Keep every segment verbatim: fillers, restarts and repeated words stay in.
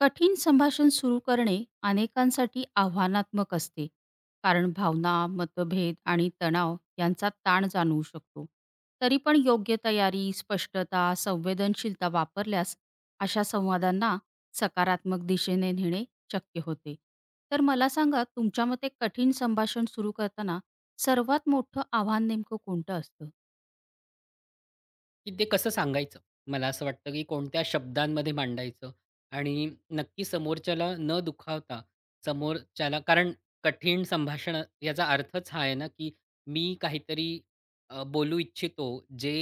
कठीण संभाषण सुरू करणे अनेकांसाठी आव्हानात्मक असते, कारण भावना, मतभेद आणि तणाव यांचा ताण जाणवू शकतो. तरी पण योग्य तयारी, स्पष्टता, संवेदनशीलता वापरल्यास अशा संवादांना सकारात्मक दिशेने नेणे शक्य होते. तर मला सांगा, तुमच्या मते कठीण संभाषण सुरू करताना सर्वात मोठं आव्हान नेमकं कोणतं असतं? की ते कसं सांगायचं? मला असं वाटतं, की कोणत्या शब्दांमध्ये मांडायचं आणि नक्की समोरच्याला न दुखावता समोरच्याला कारण कठीण संभाषण याचा अर्थच हा आहे ना, की मी काहीतरी अ, बोलू इच्छितो जे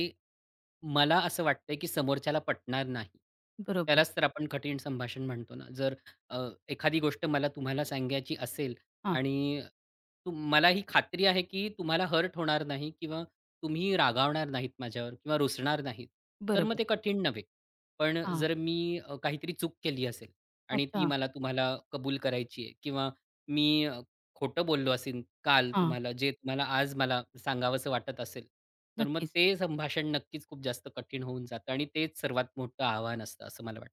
मला असं वाटतंय, की समोरच्याला पटणार नाही. बरोबर. त्यालाच तर आपण कठीण संभाषण म्हणतो ना. जर अ, एखादी गोष्ट मला तुम्हाला सांगायची असेल हां. आणि तुम मला ही खात्री आहे, की तुम्हाला हर्ट होणार नाही किंवा तुम्ही रागावणार नाहीत माझ्यावर किंवा रुसणार नाहीत, तर मग बरोबर. ते कठीण नव्हे. पण हां. जर मी अ, काहीतरी चूक केली असेल आणि ती अच्छा. मला तुम्हाला कबूल करायची आहे किंवा मी खोटं बोललो असेन काल हां. तुम्हाला, जे तुम्हाला आज मला सांगावसं वाटत असेल, तर मग नक्कीच. ते संभाषण नक्कीच खूप जास्त कठीण होऊन जातं आणि तेच सर्वात मोठं आव्हान असतं, असं मला वाटतं.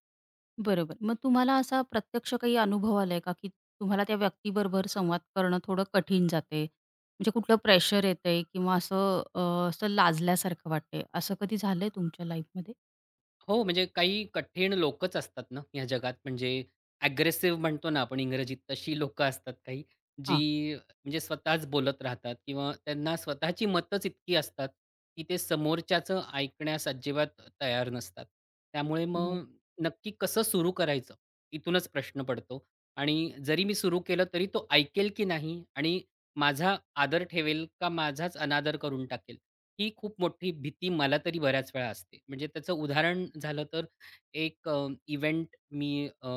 बरोबर. मग तुम्हाला असा प्रत्यक्ष काही अनुभव आलाय का, की तुम्हाला त्या व्यक्तीबरोबर संवाद करणं थोडं कठीण जाते? म्हणजे कुठलं प्रेशर येतंय किंवा असं अ, असं लाजल्यासारखं वाटतंय, असं कधी झालंय तुमच्या लाईफमध्ये? हो, म्हणजे काही कठीण लोकच असतात ना, या जगात म्हणजे ॲग्रेसिव्ह म्हणतो ना आपण इंग्रजीत, तशी लोकं असतात काही, हां. जी म्हणजे स्वतःच बोलत राहतात किंवा त्यांना स्वतःची मतच इतकी असतात, की ते समोरच्याचं ऐकण्यास अजिबात तयार नसतात. त्यामुळे बरं. मग नक्की कसं सुरू करायचं, इथूनच प्रश्न पडतो आणि जरी मी सुरू केलं तरी तो ऐकेल की नाही आणि माझा आदर ठेवेल का माझाच अनादर करून टाकेल, ही खूप मोठी भीती मला तरी बऱ्याच वेळा असते. म्हणजे त्याचं उदाहरण झालं तर एक अ, इव्हेंट मी अ,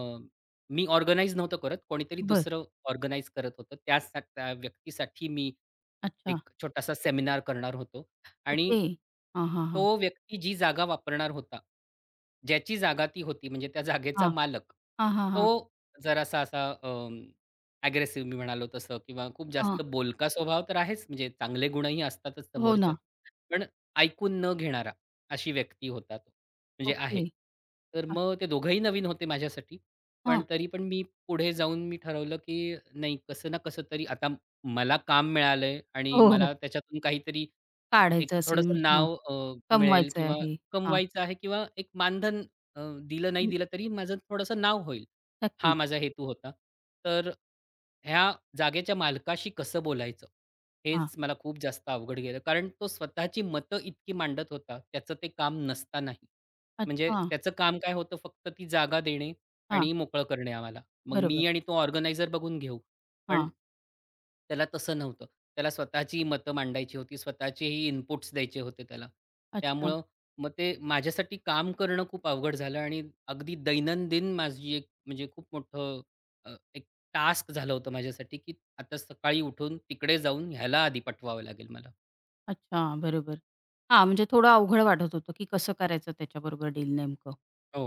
मी ऑर्गनाइज नव्हतं करत. कोणीतरी बरं. दुसरं ऑर्गनाइज करत होतं. त्यासा त्या व्यक्तीसाठी मी अच्छा. एक छोटासा सेमिनार करणार होतो आणि ओके. हां, हा हां. तो व्यक्ती जी जागा वापरणार होता, ज्याची जागा ती होती म्हणजे त्या जागेचा हां. मालक, हां, हां, हां. तो जरासा असा अं, मी म्हणालो तसं किंवा खूप हां. जास्त बोलका स्वभाव तर आहेच म्हणजे चांगले गुणही असतातच हो समोरच्यात. ना. पण ऐकून न घेणारा अशी व्यक्ती होता तो, म्हणजे आहे. ओके. तर हां. मग ते दोघंही नवीन होते माझ्यासाठी. पण हां. तरी पण मी पुढे जाऊन मी ठरवलं, की नाही कसं ना कसं तरी आता मला काम मिळालंय आणि हो, हो. मला त्याच्यातून काहीतरी एक काढायचं असेल थोडंसं म्हणजे हो. नाव अ, मिळेल कमवायचं किंवा आहे. हां. कमवायचं आहे किंवा एक मानधन अ, दिलं नाही दिलं तरी माझं थोडंसं नाव होईल. हा नक्कीच. माझा हेतू होता. तर ह्या जागेच्या मालकाशी कसं बोलायचं? हां. हेच मला खूप जास्त अवघड गेलं. कारण तो स्वतःची मतं इतकी मांडत होता, त्याचं ते काम नसतानाही. म्हणजे अच्छा. त्याचं काम काय होतं फक्त ती जागा देणे हां. आणि मोकळं करणे आम्हाला. मग मी बरोबर. आणि तो ऑर्गनायझर बघून घेऊ. पण हां. त्याला तसं नव्हतं. त्याला स्वतःची मतं मांडायची होती, स्वतःचेही इनपुट्स द्यायचे होते त्याला. अच्छा. त्यामुळं मग ते माझ्यासाठी काम करणं खूप अवघड झालं आणि अगदी दैनंदिन माझी एक म्हणजे खूप मोठं अ, एक टास्क झालं होतं माझ्यासाठी, की आता सकाळी उठून तिकडे जाऊन ह्याला आधी पाठवावं लागेल मला. अच्छा, बरोबर. हां, म्हणजे थोडं अवघड वाटत होतं, की कसं करायचं त्याच्याबरोबर डील नेमकं? हो.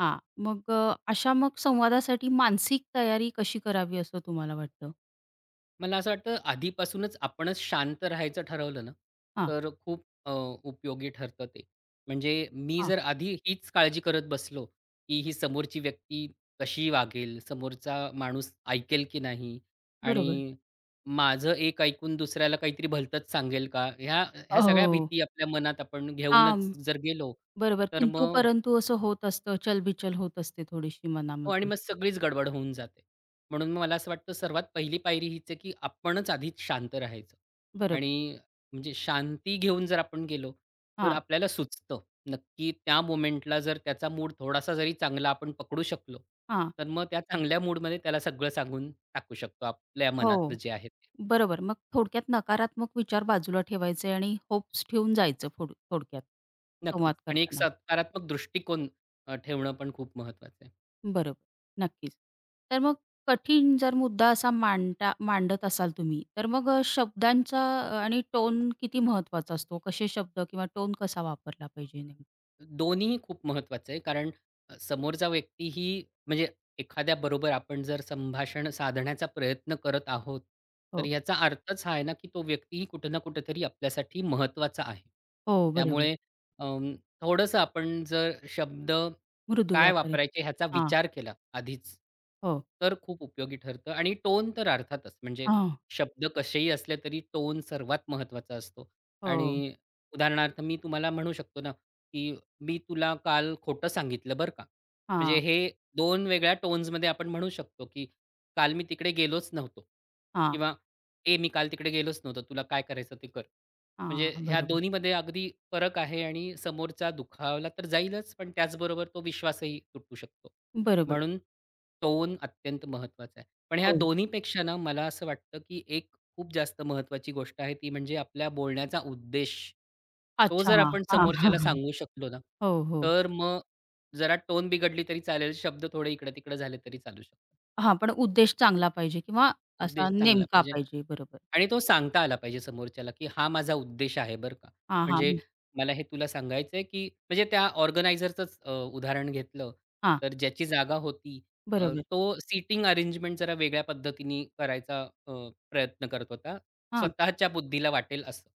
हां, मग अ, अशा मग संवादासाठी मानसिक तयारी कशी करावी, असं तुम्हाला वाटतं? मला असं वाटतं आधीपासूनच आपणच शांत राहायचं ठरवलं ना, हां, तर खूप अ, उपयोगी ठरतं ते. म्हणजे मी हां, जर आधी हीच काळजी करत बसलो, की ही समोरची व्यक्ती कशी वागेल, समोरचा माणूस ऐकेल की नाही बरोबर. आणि माझं एक ऐकून दुसऱ्याला काहीतरी भलतंच सांगेल का? ह्या ह्या सगळ्या हो, भीती आपल्या मनात आपण हां, घेऊनच जर गेलो, बरोबर. तर किंतु मग परंतु असं होत असतं, चलबिचल होत असते थोडीशी हो आणि मनामध्ये. मग सगळीच गडबड होऊन जाते. म्हणून मग मला असं वाटतं सर्वात पहिली पायरी हीच आहे, की आपणच आधीच शांत राहायचं. बरोबर. आणि म्हणजे शांती घेऊन जर आपण गेलो, तर हां, आपल्याला सुचतं नक्की त्या मोमेंटला जर त्याचा मूड थोडासा जरी चांगला आपण पकडू शकलो, हां. तर मग त्या चांगल्या मूडमध्ये त्याला सगळं सांगून टाकू शकतो आपल्या मनातलं हो, जे आहे ते. बरोबर. मग थोडक्यात नकारात्मक विचार बाजूला ठेवायचे आणि होप्स ठेवून जायचं, थोड थोडक्यात नक्कीच संवाद आणि एक करताना. सकारात्मक दृष्टिकोन अ, ठेवणं पण खूप महत्वाचं आहे. बरोबर. नक्कीच. तर मग कठीण जर मुद्दा असा मांडता मांडत असाल तुम्ही, तर मग अ, शब्दांचा अ, आणि टोन किती महत्त्वाचा असतो? कसे शब्द किंवा टोन कसा वापरला पाहिजे नेमका? दोन्हीही खूप महत्त्वाचं आहे. कारण अ, समोरचा व्यक्तीही म्हणजे एखाद्याबरोबर आपण जर संभाषण साधण्याचा प्रयत्न करत आहोत, तर हो. याचा अर्थच हा आहे ना, की तो व्यक्तीही कुठे ना कुठेतरी आपल्यासाठी महत्त्वाचा आहे. हो, बरोबर. त्यामुळे अं, थोडंसं आपण जर शब्द मृदू काय वापरेल. वापरायचे ह्याचा हा, विचार केला आधीच, हो. तर खूप उपयोगी ठरतं आणि टोन तर अर्थातच. म्हणजे हां. शब्द कसेही असले तरी टोन सर्वात महत्वाचा असतो आणि हो. उदाहरणार्थ मी तुम्हाला म्हणू शकतो ना, की मी तुला काल खोटं सांगितलं बरं का. म्हणजे हां, हे दोन वेगळ्या टोन्समध्ये आपण म्हणू शकतो, की काल मी तिकडे गेलोच नव्हतो हां, किंवा ए मी काल तिकडे गेलोच नव्हतो. तुला काय करायचं ते कर. म्हणजे हां. ह्या बरोबर. दोन्हीमध्ये अगदी फरक आहे आणि समोरचा दुखावला तर जाईलच, पण त्याचबरोबर तो विश्वासही तुटू शकतो. बरोबर. म्हणून टोन अत्यंत महत्त्वाचा आहे. पण ह्या हो. दोन्हीपेक्षा ना मला असं वाटतं, की एक खूप जास्त महत्त्वाची गोष्ट आहे ती म्हणजे आपल्या बोलण्याचा उद्देश. तो अच्छा. जर हा, आपण हां, हां. समोरच्याला सांगू शकलो ना, हो, हो. तर मग जरा टोन बिघडली तरी चालेल, शब्द थोडे इकडं-तिकडं झाले तरी चालू शकतात. हा, पण उद्देश चांगला पाहिजे किंवा उद्देश असा चांगला नेमका पाहिजे. पाहिजे. बरोबर. आणि तो सांगता आला पाहिजे समोरच्याला, की हा माझा उद्देश आहे बरं का. हां, म्हणजे हां. मला हे तुला सांगायचंय, की म्हणजे त्या ऑर्गनायझरचंच अ, उदाहरण घेतलं, हां. तर ज्याची जागा होती अ, बरोबर. तो सीटिंग अरेंजमेंट जरा वेगळ्या पद्धतीने करायचा अ, प्रयत्न करत होता. हां. स्वतःच्या बुद्धीला वाटेल असं.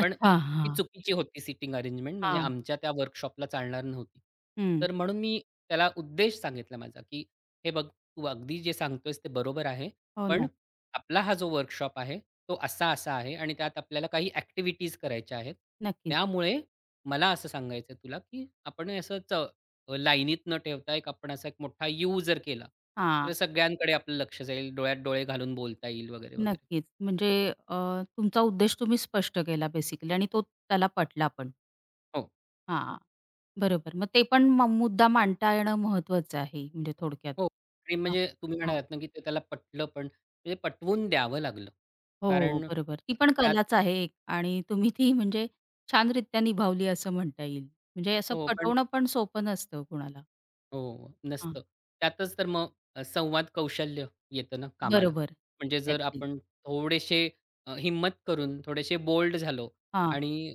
पण ती हां, चुकीची होती सीटिंग अरेंजमेंट म्हणजे हां. आमच्या त्या वर्कशॉपला चालणार नव्हती. हं. तर म्हणून मी त्याला उद्देश सांगितला माझा, की "हे बघ, तू अगदी जे सांगतोयस ते बरोबर आहे. हो पण ना. आपला हा जो वर्कशॉप आहे, तो असा-असा आहे आणि त्यात आपल्याला काही ॲक्टिव्हिटीज करायच्या आहेत. नक्कीच. त्यामुळे मला असं सांगायचं आहे तुला, की आपण हे असं च अ, लाईनीत न ठेवता एक आपण असा एक मोठा यू जर केला, तर हां, सगळ्यांकडे आपलं लक्ष जाईल. डोळ्यात डोळे घालून बोलता येईल वगैरे, वगैरे. नक्कीच. म्हणजे अ, तुमचा उद्देश तुम्ही स्पष्ट केला बेसिकली, आणि तो त्याला पटला पण. हो, हां, बरोबर. मग ते पण म मुद्दा मांडता येणं महत्वाचं आहे, म्हणजे थोडक्यात. हो. आणि हां, म्हणजे तुम्ही हां. म्हणालात ना, की ते त्याला पटलं पण म्हणजे पटवून द्यावं लागलं. हो, कारण बरोबर. ती पण त्यात कलाच आहे एक, आणि तुम्ही ती म्हणजे छानरित्या निभावली, असं म्हणता येईल. म्हणजे असं हो. पटवणं पण सोपं नसतं कुणाला. हो, हां, नसतं. त्यातच तर मग अ, संवाद कौशल्य येतं ना कामाला. बरोबर. म्हणजे जर एक्झॅक्टली. आपण थोडेसे अ, हिम्मत करून, थोडेसे बोल्ड झालो हां, आणि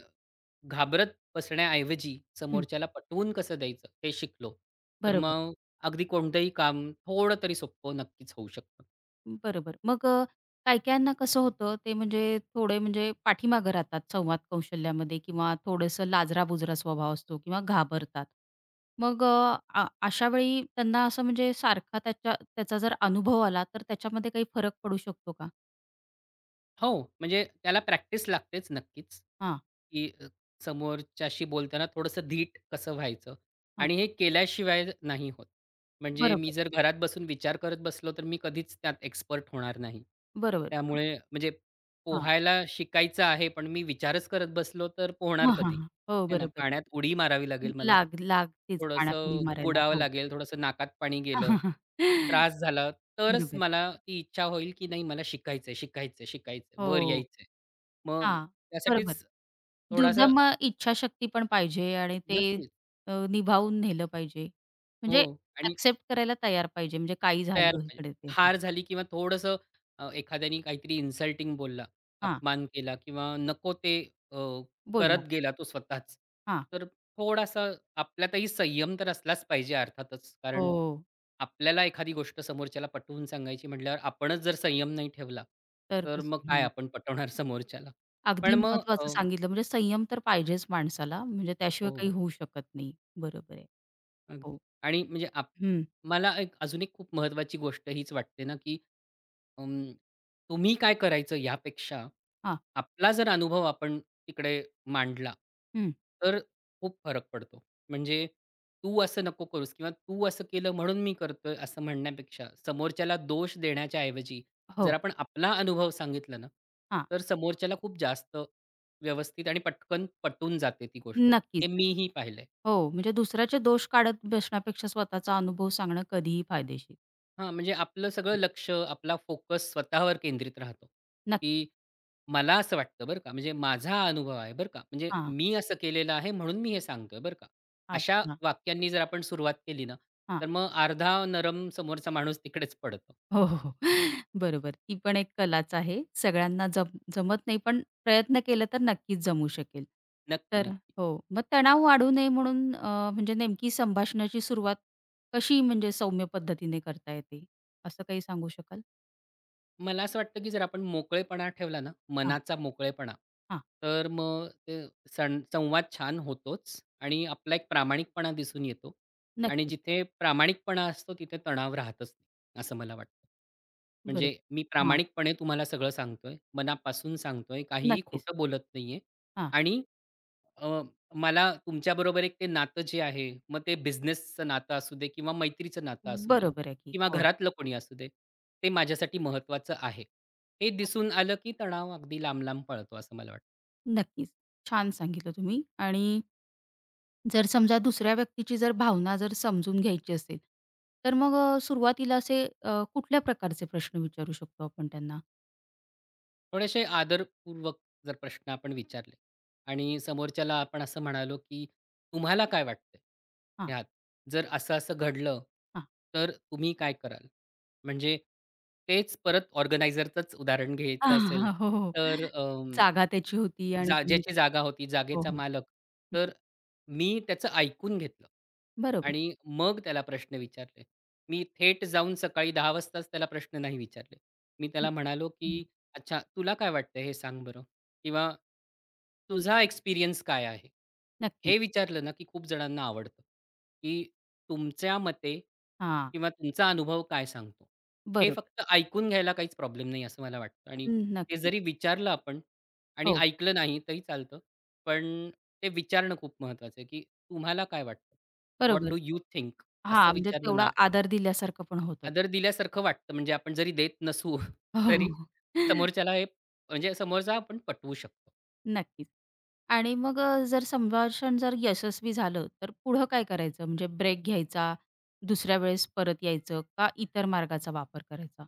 घाबरत बसण्याऐवजी हं. समोरच्याला पटवून कसं द्यायचं हे शिकलो, तर बरोबर. मग अगदी कोणतंही काम थोडं तरी सोपं नक्कीच होऊ शकतं. बरोबर. मग अ, काही-काहींना कसं होतं, ते म्हणजे थोडे म्हणजे पाठीमागं राहतात संवाद कौशल्यामध्ये, किंवा थोडंसं लाजरा-बुजरा स्वभाव असतो किंवा घाबरतात. मग अ, अ, अशा वेळी त्यांना असं म्हणजे सारखा त्याच्या त्याचा जर अनुभव आला, तर त्याच्यामध्ये काही फरक पडू शकतो का? हो, म्हणजे त्याला प्रॅक्टिस लागतेच नक्कीच, हां, की अ, समोरच्याशी बोलताना थोडंसं धीट कसं व्हायचं हां. आणि हे केल्याशिवाय नाही होत. म्हणजे मी बरोबर, जर घरात बसून विचार करत बसलो, तर मी कधीच त्यात एक्सपर्ट होणार नाही. बरोबर. त्यामुळे म्हणजे हां. पोहायला शिकायचं आहे, पण मी विचारच करत बसलो, तर पोहणार हां, हां, कधी? हां. हो, आहे ना, बरोबर. पाण्यात उडी मारावी लागेल मला लाग लागतेच पाण्यात उडी थोडंसं मारायला. बुडावं हो. लागेल, थोडंसं नाकात पाणी गेलं, त्रास झाला, तरच बरोबर. मला ती इच्छा होईल, की नाही मला शिकायचंय, शिकायचंय, शिकायचंय, वर हो. यायचंय. मग हां. बरोबर. त्यासाठीच थोडासा दुर्दम अ, इच्छाशक्ती पण पाहिजे, आणि ते नक्कीच. अ, निभावून नेलं पाहिजे. हो म्हणजे आणि एक्सेप्ट करायला तयार पाहिजे, म्हणजे काही तयार झालं पाहिजे. इकडे ते. हार झाली किंवा थोडंसं अ, एखाद्याने काहीतरी इन्सल्टिंग बोलला, हां, अपमान केला किंवा नको ते अ, बोल ना. करत गेला तो स्वतःच. हां. तर थोडासा आपल्यातही संयम तर असलाच पाहिजे अर्थातच. कारण हो, आपल्याला एखादी गोष्ट समोरच्याला पटवून सांगायची म्हटल्यावर आपणच जर संयम नाही ठेवला, तर तर कसं मग काय हं. आपण पटवणार समोरच्याला. पण अगदी मग अ, महत्वाचं सांगितलं. म्हणजे संयम तर पाहिजेच माणसाला, म्हणजे त्याशिवाय हो, काही होऊ शकत नाही. बरोबर आहे. अगदी. हो. आणि म्हणजे आप हं. मला एक अजून एक खूप महत्त्वाची गोष्ट हीच वाटते ना, की अं, तुम्ही काय करायचं यापेक्षा हां. आपला जर अनुभव आपण तिकडे मांडला, हं. तर खूप फरक पडतो. म्हणजे तू असं नको करूस किंवा तू असं केलं म्हणून मी करतोय असं म्हणण्यापेक्षा समोरच्याला दोष देण्याच्या ऐवजी जर हो. आपण आपला अनुभव सांगितला ना, हां. तर समोरच्याला खूप जास्त व्यवस्थित आणि पटकन पटून जाते ती गोष्ट. नक्कीच, हे नक्कीच. मीही पाहिलंय. हो, म्हणजे दुसऱ्याचे दोष काढत बसण्यापेक्षा स्वतःचा अनुभव सांगणं कधीही फायदेशीर. हां, म्हणजे आपलं सगळं हं. लक्ष, आपला फोकस स्वतःवर केंद्रित राहतो, नक्कीच. की मला असं वाटतं बरं का, म्हणजे माझा हा अनुभव आहे बरं का, म्हणजे हां. मी असं केलेलं आहे म्हणून मी हे सांगतोय बरं का. अशा अच्छा. वाक्यांनी जर आपण सुरुवात केली ना, हां. तर मग अर्धा नरम समोरचा माणूस तिकडेच पडतो. हो, हो, हो. बरोबर. ती पण एक कलाच आहे. सगळ्यांना जम जमत नाही, पण प्रयत्न केला तर नक्कीच जमू शकेल. नक्की, तर नक्की. हो, मग तणाव वाढू नये म्हणून अ, म्हणजे नेमकी संभाषणाची सुरुवात कशी, म्हणजे सौम्य पद्धतीने करता येते, असं काही सांगू शकाल? मला असं वाटतं, की जर आपण मोकळेपणा ठेवला ना, हां, मनाचा मोकळेपणा, हां. तर मग ते सं संवाद छान होतोच आणि आपला एक प्रामाणिकपणा दिसून येतो आणि नक्कीच. जिथे प्रामाणिकपणा असतो, तिथे तणाव राहतच नाही, असं मला वाटतं. बरोबर. म्हणजे मी हां, प्रामाणिकपणे तुम्हाला सगळं सांगतोय, मनापासून सांगतोय, काहीही नक्कीच. खोटं बोलत नाहीये हां. आणि अ, मला तुमच्याबरोबर एक ते नातं जे आहे, मग ते बिझनेसचं नातं असू दे किंवा मैत्रीचं नातं असू दे बरोबर आहे की. किंवा हो. घरातलं कोणी असू दे, ते माझ्यासाठी महत्त्वाचं आहे. हे दिसून आलं, की तणाव अगदी लांब-लांब पळतो असं मला वाटतं. नक्कीच. छान सांगितलं तुम्ही, आणि जर समजा दुसऱ्या व्यक्तीची जर भावना जर समजून घ्यायची असेल, तर मग अ, सुरुवातीला असे अ, कुठल्या प्रकारचे प्रश्न विचारू शकतो आपण त्यांना? थोडेसे आदरपूर्वक जर प्रश्न आपण विचारले आणि समोरच्याला आपण असं म्हणालो, की "तुम्हाला काय वाटतंय हां, ह्यात? जर असं-असं घडलं, हां. तर तुम्ही काय कराल?" म्हणजे तेच परत ऑर्गनायझरचंच उदाहरण घ्यायचं असेल, हां, हो, हो. तर जागा त्याची होती आणि जा तुम्ही ज्याची जागा होती, हो, जागेचा हो. मालक. तर हं, मी त्याचं ऐकून घेतलं बरोबर. आणि मग त्याला प्रश्न विचारले. मी थेट जाऊन सकाळी दहा वाजताच त्याला प्रश्न नाही विचारले. मी हं, त्याला म्हणालो, हं. की "अच्छा तुला काय वाटतंय हे सांग बरं?" किंवा "तुझा एक्सपिरियन्स काय आहे?" नक्कीच. हे विचारलं ना, की खूप जणांना आवडतं, की तुमच्या मते हां, किंवा तुमचा अनुभव काय सांगतो? हे बरोबर. फक्त ऐकून घ्यायला काहीच प्रॉब्लेम नाही असं मला वाटतं आणि हं, ते नक्कीच. जरी विचारलं आपण आणि हो, ऐकलं नाही तरी चालतं. पण ते विचारणं खूप महत्वाचं आहे, की तुम्हाला काय वाटतं? व्हॉट बरोबर. Do you think? हां, असं म्हणजे विचारलं ना तेवढा आपण, आदर दिल्यासारखं पण होतं. आदर दिल्यासारखं वाटतं. म्हणजे आपण जरी देत नसू, हो, तरी हो. समोरच्याला हे म्हणजे समोरचा आपण पटवू शकतो. नक्कीच. आणि मग अ, जर संभाषण जर यशस्वी झालं, तर पुढं काय करायचं? म्हणजे ब्रेक घ्यायचा, दुसऱ्या वेळेस परत यायचं का इतर मार्गाचा वापर करायचा?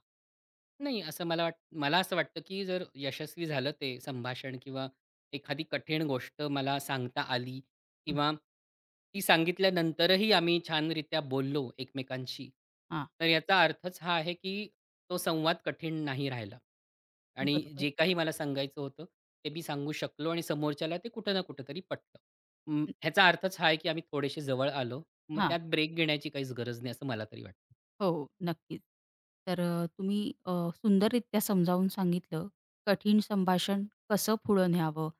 नाही, असं मला वाट मला असं वाटतं, की जर यशस्वी झालं ते संभाषण किंवा एखादी कठीण गोष्ट मला सांगता आली किंवा ती सांगितल्यानंतरही आम्ही छानरित्या बोललो एकमेकांशी, हां. तर याचा अर्थच हा आहे, की तो संवाद कठीण नाही राहिला. आणि बरोबर. जे काही मला सांगायचं होतं, ते मी सांगू शकलो आणि समोरच्याला ते कुठं ना कुठेतरी पटलं. अं, ह्याचा अर्थच हा आहे, की आम्ही थोडेसे जवळ आलो. मग हां. त्यात ब्रेक घेण्याची काहीच गरज नाही, असं मला तरी वाटतं. हो, नक्कीच. तर अ, तुम्ही अ, सुंदररित्या समजावून सांगितलं कठीण संभाषण कसं पुढं न्यावं,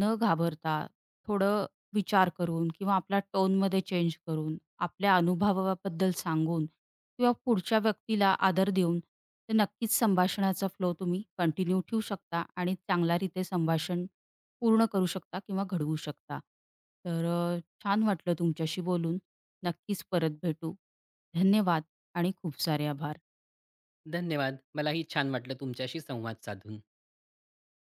न घाबरता, थोडं विचार करून किंवा आपला टोनमध्ये चेंज करून, आपल्या अनुभवाबद्दल सांगून किंवा पुढच्या व्यक्तीला आदर देऊन, तर नक्कीच संभाषणाचा फ्लो तुम्ही कंटिन्यू ठेवू शकता, आणि चांगल्यारीते संभाषण पूर्ण करू शकता किंवा घडवू शकता. तर अ, छान वाटलं तुमच्याशी बोलून. नक्कीच परत भेटू. धन्यवाद. आणि खूप सारे आभार. धन्यवाद. मलाही छान वाटलं तुमच्याशी संवाद साधून.